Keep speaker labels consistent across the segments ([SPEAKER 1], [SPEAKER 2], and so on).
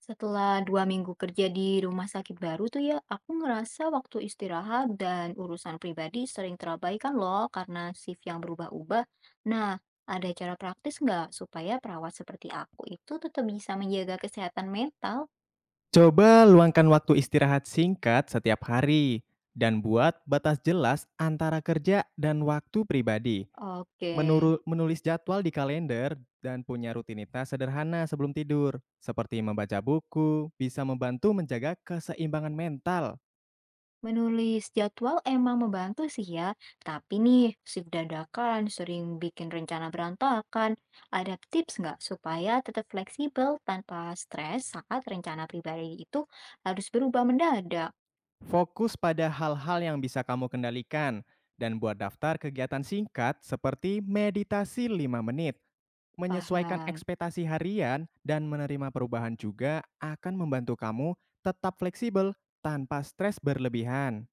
[SPEAKER 1] Setelah 2 minggu kerja di rumah sakit baru tuh ya, aku ngerasa waktu istirahat dan urusan pribadi sering terabaikan loh karena shift yang berubah-ubah. Nah, ada cara praktis nggak supaya perawat seperti aku itu tetap bisa menjaga kesehatan mental?
[SPEAKER 2] Coba luangkan waktu istirahat singkat setiap hari dan buat batas jelas antara kerja dan waktu pribadi.
[SPEAKER 1] Oke.
[SPEAKER 2] Menulis jadwal di kalender dan punya rutinitas sederhana sebelum tidur, seperti membaca buku, bisa membantu menjaga keseimbangan mental.
[SPEAKER 1] Menulis jadwal emang membantu sih ya, tapi nih, shift dadakan sering bikin rencana berantakan. Ada tips nggak supaya tetap fleksibel tanpa stres saat rencana pribadi itu harus berubah mendadak?
[SPEAKER 2] Fokus pada hal-hal yang bisa kamu kendalikan dan buat daftar kegiatan singkat seperti meditasi 5 menit. Menyesuaikan
[SPEAKER 1] Paham.
[SPEAKER 2] ekspektasi harian dan menerima perubahan juga akan membantu kamu tetap fleksibel tanpa stres berlebihan.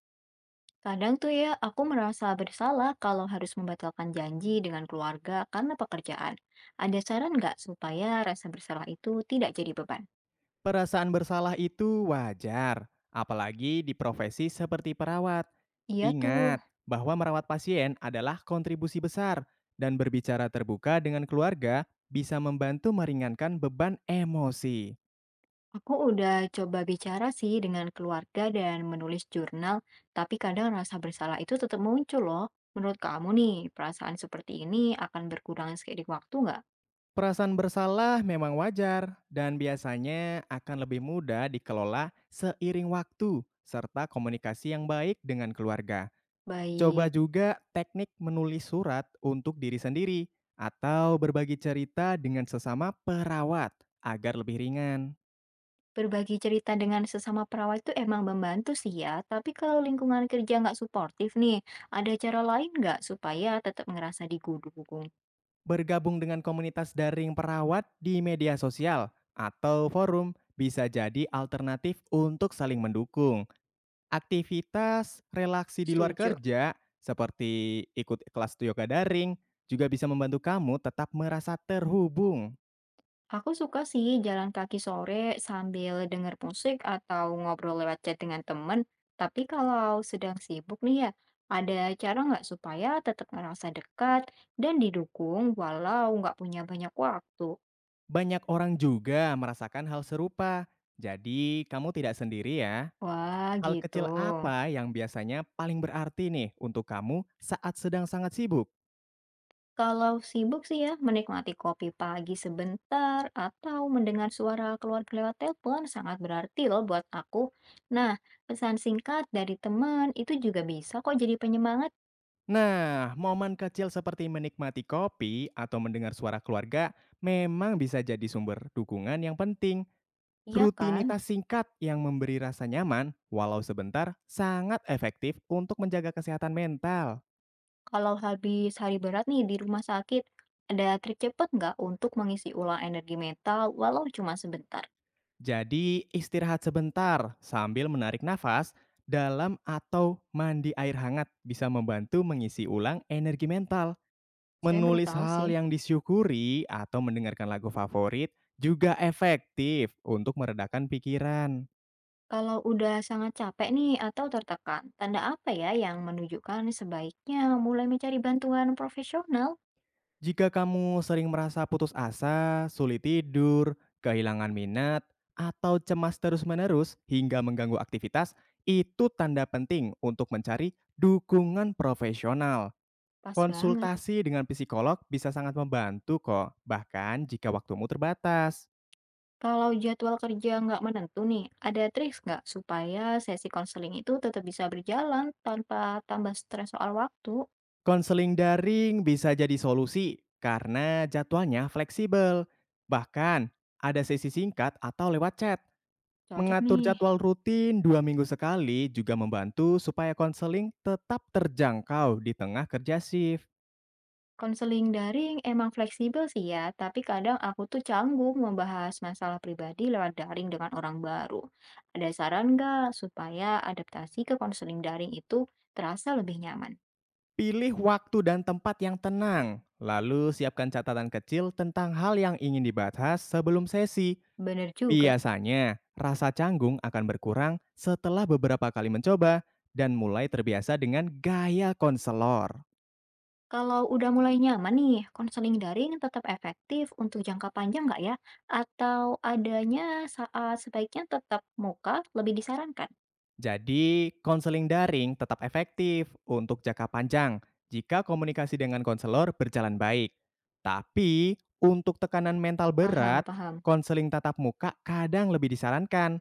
[SPEAKER 1] Kadang tuh ya, aku merasa bersalah kalau harus membatalkan janji dengan keluarga karena pekerjaan. Ada saran nggak supaya rasa bersalah itu tidak jadi beban?
[SPEAKER 2] Perasaan bersalah itu wajar, apalagi di profesi seperti perawat.
[SPEAKER 1] Iya
[SPEAKER 2] Ingat
[SPEAKER 1] tuh.
[SPEAKER 2] bahwa merawat pasien adalah kontribusi besar, dan berbicara terbuka dengan keluarga bisa membantu meringankan beban emosi.
[SPEAKER 1] Aku udah coba bicara sih dengan keluarga dan menulis jurnal, tapi kadang rasa bersalah itu tetap muncul loh. Menurut kamu nih, perasaan seperti ini akan berkurang seiring waktu nggak?
[SPEAKER 2] Perasaan bersalah memang wajar, dan biasanya akan lebih mudah dikelola seiring waktu serta komunikasi yang baik dengan keluarga. Coba
[SPEAKER 1] Baik,
[SPEAKER 2] juga teknik menulis surat untuk diri sendiri atau berbagi cerita dengan sesama perawat agar lebih ringan.
[SPEAKER 1] berbagi cerita dengan sesama perawat itu emang membantu sih ya, tapi kalau lingkungan kerja nggak suportif nih, ada cara lain nggak supaya tetap ngerasa digudung?
[SPEAKER 2] Bergabung dengan komunitas daring perawat di media sosial atau forum bisa jadi alternatif untuk saling mendukung. Aktivitas relaksi di luar
[SPEAKER 1] Setuju.
[SPEAKER 2] kerja seperti ikut kelas yoga daring juga bisa membantu kamu tetap merasa terhubung.
[SPEAKER 1] Aku suka sih jalan kaki sore sambil denger musik atau ngobrol lewat chat dengan temen. Tapi kalau sedang sibuk nih ya, ada cara nggak supaya tetap ngerasa dekat dan didukung walau nggak punya banyak waktu?
[SPEAKER 2] Banyak orang juga merasakan hal serupa. Jadi, kamu tidak sendiri ya.
[SPEAKER 1] Wah,
[SPEAKER 2] Hal
[SPEAKER 1] gitu.
[SPEAKER 2] kecil apa yang biasanya paling berarti nih untuk kamu saat sedang sangat sibuk?
[SPEAKER 1] Kalau sibuk sih ya, menikmati kopi pagi sebentar atau mendengar suara keluarga lewat telepon sangat berarti loh buat aku. Nah, pesan singkat dari teman itu juga bisa kok jadi penyemangat,
[SPEAKER 2] Nah, momen kecil seperti menikmati kopi atau mendengar suara keluarga memang bisa jadi sumber dukungan yang penting.
[SPEAKER 1] iya kan?
[SPEAKER 2] Rutinitas singkat yang memberi rasa nyaman, walau sebentar, sangat efektif untuk menjaga kesehatan mental.
[SPEAKER 1] Kalau habis hari berat nih di rumah sakit, ada trik cepat nggak untuk mengisi ulang energi mental walau cuma sebentar?
[SPEAKER 2] Jadi, istirahat sebentar sambil menarik nafas dalam atau mandi air hangat bisa membantu mengisi ulang energi mental.
[SPEAKER 1] Saya baru
[SPEAKER 2] Menulis
[SPEAKER 1] tahu
[SPEAKER 2] hal
[SPEAKER 1] sih.
[SPEAKER 2] yang disyukuri atau mendengarkan lagu favorit juga efektif untuk meredakan pikiran.
[SPEAKER 1] Kalau udah sangat capek nih atau tertekan, tanda apa ya yang menunjukkan sebaiknya mulai mencari bantuan profesional?
[SPEAKER 2] Jika kamu sering merasa putus asa, sulit tidur, kehilangan minat, atau cemas terus-menerus hingga mengganggu aktivitas, itu tanda penting untuk mencari dukungan profesional.
[SPEAKER 1] Pas banget.
[SPEAKER 2] Konsultasi dengan psikolog bisa sangat membantu kok, bahkan jika waktumu terbatas.
[SPEAKER 1] Kalau jadwal kerja nggak menentu nih, ada trik nggak supaya sesi konseling itu tetap bisa berjalan tanpa tambah stres soal waktu?
[SPEAKER 2] Konseling daring bisa jadi solusi karena jadwalnya fleksibel. Bahkan ada sesi singkat atau lewat chat.
[SPEAKER 1] Cocok
[SPEAKER 2] Mengatur
[SPEAKER 1] nih.
[SPEAKER 2] jadwal rutin 2 minggu sekali juga membantu supaya konseling tetap terjangkau di tengah kerja shift.
[SPEAKER 1] Konseling daring emang fleksibel sih ya, tapi kadang aku tuh canggung membahas masalah pribadi lewat daring dengan orang baru. Ada saran nggak supaya adaptasi ke konseling daring itu terasa lebih nyaman?
[SPEAKER 2] Pilih waktu dan tempat yang tenang, lalu siapkan catatan kecil tentang hal yang ingin dibahas sebelum sesi.
[SPEAKER 1] Bener juga.
[SPEAKER 2] Biasanya, rasa canggung akan berkurang setelah beberapa kali mencoba dan mulai terbiasa dengan gaya konselor.
[SPEAKER 1] Kalau udah mulai nyaman nih, konseling daring tetap efektif untuk jangka panjang nggak ya? Atau adanya saat sebaiknya tetap muka lebih disarankan?
[SPEAKER 2] Jadi, konseling daring tetap efektif untuk jangka panjang jika komunikasi dengan konselor berjalan baik. Tapi, untuk tekanan mental
[SPEAKER 1] Paham,
[SPEAKER 2] berat,
[SPEAKER 1] paham.
[SPEAKER 2] konseling tatap muka kadang lebih disarankan.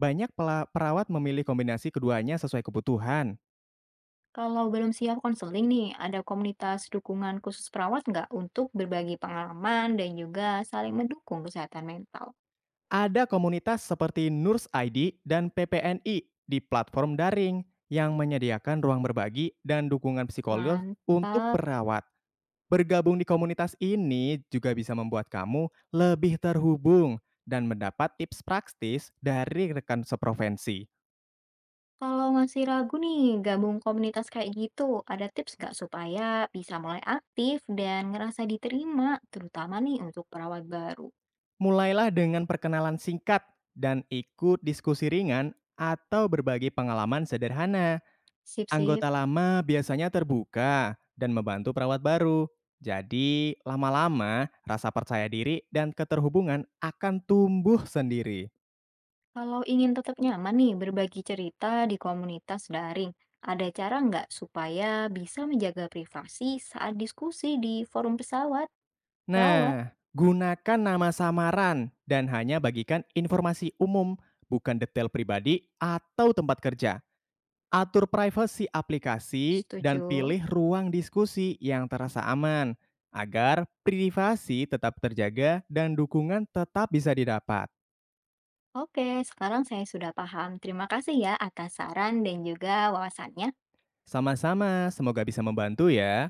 [SPEAKER 2] Banyak perawat memilih kombinasi keduanya sesuai kebutuhan.
[SPEAKER 1] Kalau belum siap konseling nih, ada komunitas dukungan khusus perawat nggak untuk berbagi pengalaman dan juga saling mendukung kesehatan mental?
[SPEAKER 2] Ada komunitas seperti Nurs ID dan PPNI di platform daring yang menyediakan ruang berbagi dan dukungan psikolog untuk
[SPEAKER 1] Mantap.
[SPEAKER 2] perawat. Bergabung di komunitas ini juga bisa membuat kamu lebih terhubung dan mendapat tips praktis dari rekan seprovinsi.
[SPEAKER 1] Kalau masih ragu nih, gabung komunitas kayak gitu, ada tips nggak supaya bisa mulai aktif dan ngerasa diterima, terutama nih untuk perawat baru?
[SPEAKER 2] Mulailah dengan perkenalan singkat dan ikut diskusi ringan atau berbagi pengalaman sederhana.
[SPEAKER 1] Sip-sip.
[SPEAKER 2] Anggota lama biasanya terbuka dan membantu perawat baru. Jadi, lama-lama rasa percaya diri dan keterhubungan akan tumbuh sendiri.
[SPEAKER 1] Kalau ingin tetap nyaman nih berbagi cerita di komunitas daring, ada cara nggak supaya bisa menjaga privasi saat diskusi di forum perawat?
[SPEAKER 2] Nah, gunakan nama samaran dan hanya bagikan informasi umum, bukan detail pribadi atau tempat kerja. Atur privasi aplikasi dan
[SPEAKER 1] Setuju.
[SPEAKER 2] pilih ruang diskusi yang terasa aman agar privasi tetap terjaga dan dukungan tetap bisa didapat.
[SPEAKER 1] Oke, sekarang saya sudah paham. Terima kasih ya atas saran dan juga wawasannya.
[SPEAKER 2] Sama-sama, semoga bisa membantu ya.